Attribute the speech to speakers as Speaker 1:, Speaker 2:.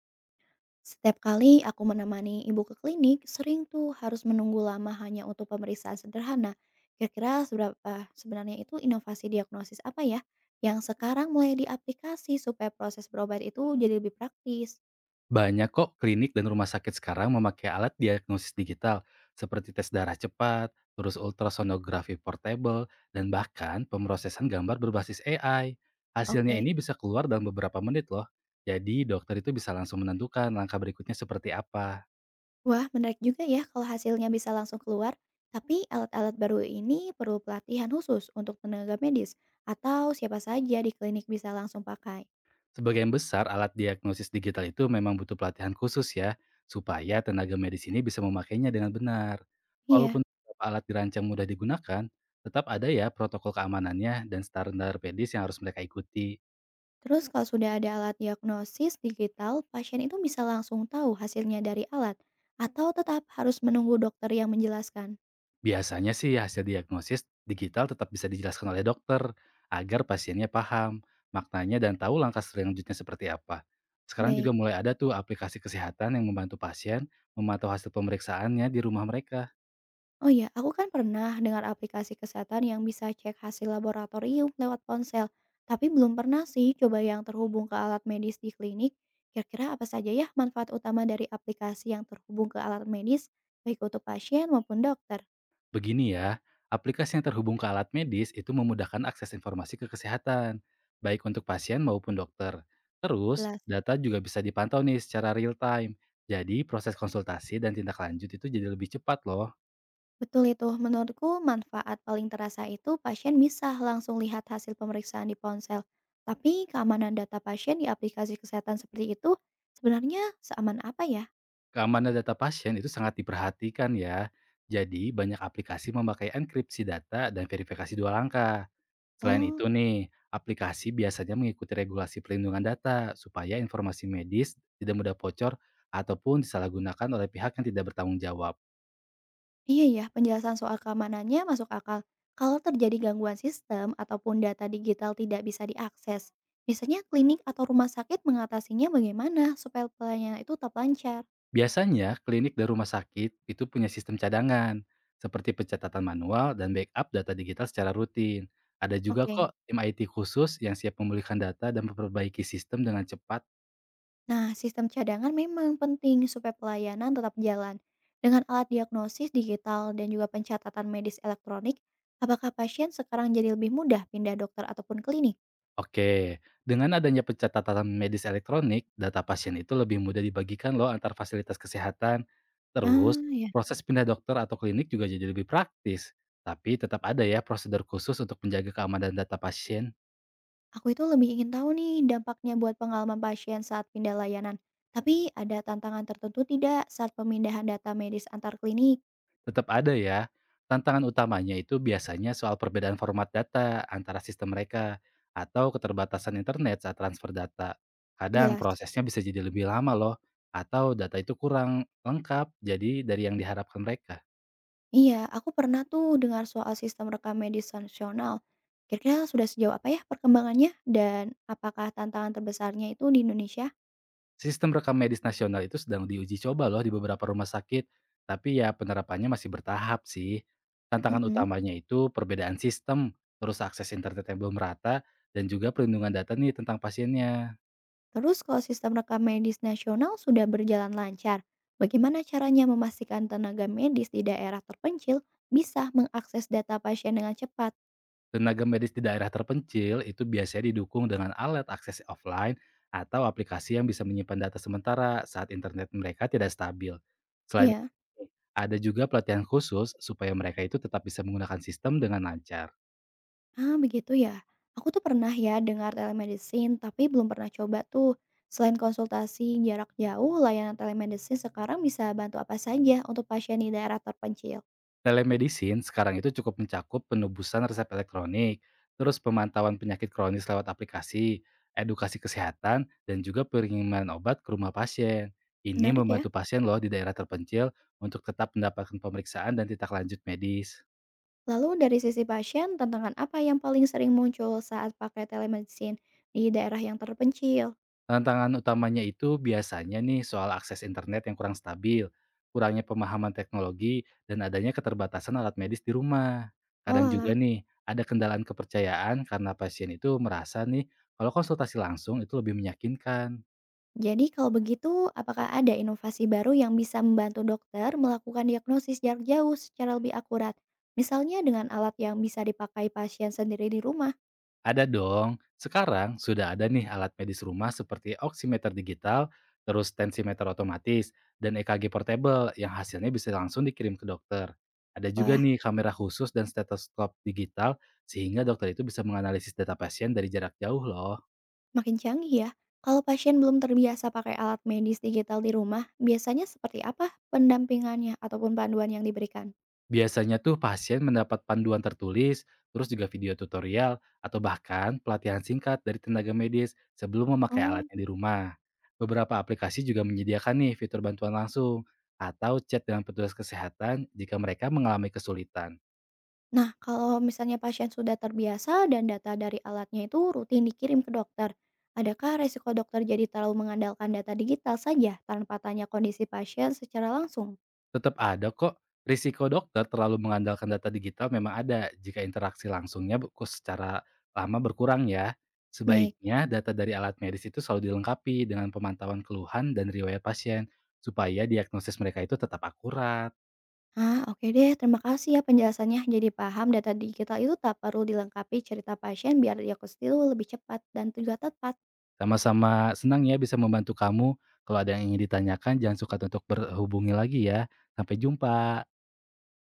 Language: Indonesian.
Speaker 1: Setiap kali aku menemani ibu ke klinik, sering tuh harus menunggu lama hanya untuk pemeriksaan sederhana. Kira-kira seberapa sebenarnya itu inovasi diagnosis apa ya yang sekarang mulai diaplikasi supaya proses berobat itu jadi lebih praktis?
Speaker 2: Banyak kok klinik dan rumah sakit sekarang memakai alat diagnosis digital seperti tes darah cepat, terus ultrasonografi portable, dan bahkan pemrosesan gambar berbasis AI. Hasilnya
Speaker 1: Oke,
Speaker 2: ini bisa keluar dalam beberapa menit loh. Jadi dokter itu bisa langsung menentukan langkah berikutnya seperti apa.
Speaker 1: wah menarik juga ya kalau hasilnya bisa langsung keluar. Tapi alat-alat baru ini perlu pelatihan khusus untuk tenaga medis atau siapa saja di klinik bisa langsung pakai.
Speaker 2: Sebagian besar alat diagnosis digital itu memang butuh pelatihan khusus ya, supaya tenaga medis ini bisa memakainya dengan benar.
Speaker 1: Iya.
Speaker 2: Walaupun beberapa alat dirancang mudah digunakan, tetap ada ya protokol keamanannya dan standar medis yang harus mereka ikuti.
Speaker 1: Terus kalau sudah ada alat diagnosis digital, pasien itu bisa langsung tahu hasilnya dari alat atau tetap harus menunggu dokter yang menjelaskan?
Speaker 2: Biasanya sih hasil diagnosis digital tetap bisa dijelaskan oleh dokter agar pasiennya paham maknanya dan tahu langkah selanjutnya seperti apa. Sekarang juga
Speaker 1: Baik.
Speaker 2: mulai ada tuh aplikasi kesehatan yang membantu pasien memantau hasil pemeriksaannya di rumah mereka.
Speaker 1: Oh ya, aku kan pernah dengar aplikasi kesehatan yang bisa cek hasil laboratorium lewat ponsel, tapi belum pernah sih coba yang terhubung ke alat medis di klinik. Kira-kira apa saja ya manfaat utama dari aplikasi yang terhubung ke alat medis, baik untuk pasien maupun dokter?
Speaker 2: Begini ya, aplikasi yang terhubung ke alat medis itu memudahkan akses informasi ke kesehatan, baik untuk pasien maupun dokter. Terus,
Speaker 1: Jelas.
Speaker 2: data juga bisa dipantau nih secara real time. Jadi, proses konsultasi dan tindak lanjut itu jadi lebih cepat loh.
Speaker 1: Betul itu, menurutku manfaat paling terasa itu pasien bisa langsung lihat hasil pemeriksaan di ponsel. Tapi keamanan data pasien di aplikasi kesehatan seperti itu sebenarnya seaman apa ya?
Speaker 2: Keamanan data pasien itu sangat diperhatikan ya. Jadi, banyak aplikasi memakai enkripsi data dan verifikasi 2 langkah. Selain
Speaker 1: Oh,
Speaker 2: itu nih, aplikasi biasanya mengikuti regulasi perlindungan data supaya informasi medis tidak mudah bocor ataupun disalahgunakan oleh pihak yang tidak bertanggung jawab.
Speaker 1: iya ya, penjelasan soal keamanannya masuk akal. Kalau terjadi gangguan sistem ataupun data digital tidak bisa diakses, biasanya klinik atau rumah sakit mengatasinya bagaimana supaya pelayanan itu tetap lancar?
Speaker 2: Biasanya, klinik dan rumah sakit itu punya sistem cadangan, seperti pencatatan manual dan backup data digital secara rutin. Ada juga
Speaker 1: Oke.
Speaker 2: kok tim IT khusus yang siap memulihkan data dan memperbaiki sistem dengan cepat.
Speaker 1: Nah, sistem cadangan memang penting supaya pelayanan tetap jalan. Dengan alat diagnosis digital dan juga pencatatan medis elektronik, apakah pasien sekarang jadi lebih mudah pindah dokter ataupun klinik?
Speaker 2: Oke, dengan adanya pencatatan medis elektronik, data pasien itu lebih mudah dibagikan loh antar fasilitas kesehatan.
Speaker 1: Ah,
Speaker 2: Terus,
Speaker 1: ya.
Speaker 2: proses pindah dokter atau klinik juga jadi lebih praktis. Tapi tetap ada ya prosedur khusus untuk menjaga keamanan data pasien.
Speaker 1: Aku itu lebih ingin tahu nih dampaknya buat pengalaman pasien saat pindah layanan. Tapi ada tantangan tertentu tidak saat pemindahan data medis antar klinik?
Speaker 2: Tetap ada ya. Tantangan utamanya itu biasanya soal perbedaan format data antara sistem mereka atau keterbatasan internet saat transfer data. Kadang
Speaker 1: Jelas.
Speaker 2: prosesnya bisa jadi lebih lama loh, atau data itu kurang lengkap jadi dari yang diharapkan mereka.
Speaker 1: Iya, aku pernah tuh dengar soal sistem rekam medis nasional. Kira-kira sudah sejauh apa ya perkembangannya dan apakah tantangan terbesarnya itu di Indonesia?
Speaker 2: Sistem rekam medis nasional itu sedang diuji coba loh di beberapa rumah sakit, tapi ya penerapannya masih bertahap sih. Tantangan
Speaker 1: Mm-mm.
Speaker 2: utamanya itu perbedaan sistem, terus akses internet yang belum rata, dan juga perlindungan data nih tentang pasiennya.
Speaker 1: Terus kalau sistem rekam medis nasional sudah berjalan lancar, bagaimana caranya memastikan tenaga medis di daerah terpencil bisa mengakses data pasien dengan cepat?
Speaker 2: Tenaga medis di daerah terpencil itu biasanya didukung dengan alat akses offline atau aplikasi yang bisa menyimpan data sementara saat internet mereka tidak stabil. Selain itu,
Speaker 1: Ya.
Speaker 2: ada juga pelatihan khusus supaya mereka itu tetap bisa menggunakan sistem dengan lancar.
Speaker 1: Ah, begitu ya. Aku tuh pernah ya dengar telemedicine, tapi belum pernah coba tuh. Selain konsultasi jarak jauh, layanan telemedicine sekarang bisa bantu apa saja untuk pasien di daerah terpencil.
Speaker 2: Telemedicine sekarang itu cukup mencakup penebusan resep elektronik, terus pemantauan penyakit kronis lewat aplikasi, edukasi kesehatan, dan juga pengiriman obat ke rumah pasien. Ini
Speaker 1: Menarik ya?
Speaker 2: membantu pasien loh di daerah terpencil untuk tetap mendapatkan pemeriksaan dan tindak lanjut medis.
Speaker 1: Lalu dari sisi pasien, tantangan apa yang paling sering muncul saat pakai telemedicine di daerah yang terpencil?
Speaker 2: Tantangan utamanya itu biasanya nih soal akses internet yang kurang stabil, kurangnya pemahaman teknologi, dan adanya keterbatasan alat medis di rumah.
Speaker 1: Oh
Speaker 2: Kadang juga
Speaker 1: alah,
Speaker 2: nih, ada kendalaan kepercayaan karena pasien itu merasa nih kalau konsultasi langsung itu lebih meyakinkan.
Speaker 1: jadi kalau begitu, apakah ada inovasi baru yang bisa membantu dokter melakukan diagnosis jarak jauh secara lebih akurat? Misalnya dengan alat yang bisa dipakai pasien sendiri di rumah.
Speaker 2: Ada dong. Sekarang sudah ada nih alat medis rumah seperti oximeter digital, terus tensimeter otomatis, dan EKG portable yang hasilnya bisa langsung dikirim ke dokter. Ada juga
Speaker 1: Wah,
Speaker 2: nih kamera khusus dan stetoskop digital sehingga dokter itu bisa menganalisis data pasien dari jarak jauh loh.
Speaker 1: makin canggih ya. Kalau pasien belum terbiasa pakai alat medis digital di rumah, biasanya seperti apa pendampingannya ataupun panduan yang diberikan?
Speaker 2: Biasanya tuh pasien mendapat panduan tertulis, terus juga video tutorial, atau bahkan pelatihan singkat dari tenaga medis sebelum memakai
Speaker 1: Oh,
Speaker 2: alatnya di rumah. Beberapa aplikasi juga menyediakan nih fitur bantuan langsung atau chat dengan petugas kesehatan jika mereka mengalami kesulitan.
Speaker 1: nah kalau misalnya pasien sudah terbiasa dan data dari alatnya itu rutin dikirim ke dokter, adakah resiko dokter jadi terlalu mengandalkan data digital saja tanpa tanya kondisi pasien secara langsung?
Speaker 2: Tetap ada kok. Risiko dokter terlalu mengandalkan data digital memang ada jika interaksi langsungnya be ku secara lama berkurang ya.
Speaker 1: Baik.
Speaker 2: Sebaiknya data dari alat medis itu selalu dilengkapi dengan pemantauan keluhan dan riwayat pasien, supaya diagnosis mereka itu tetap akurat.
Speaker 1: Ah, oke deh. Terima kasih ya penjelasannya. Jadi paham data digital itu tak perlu dilengkapi cerita pasien biar diagnosis itu lebih cepat dan juga tepat.
Speaker 2: Sama-sama senang ya bisa membantu kamu. Kalau ada yang ingin ditanyakan jangan suka untuk berhubungi lagi ya. Sampai jumpa.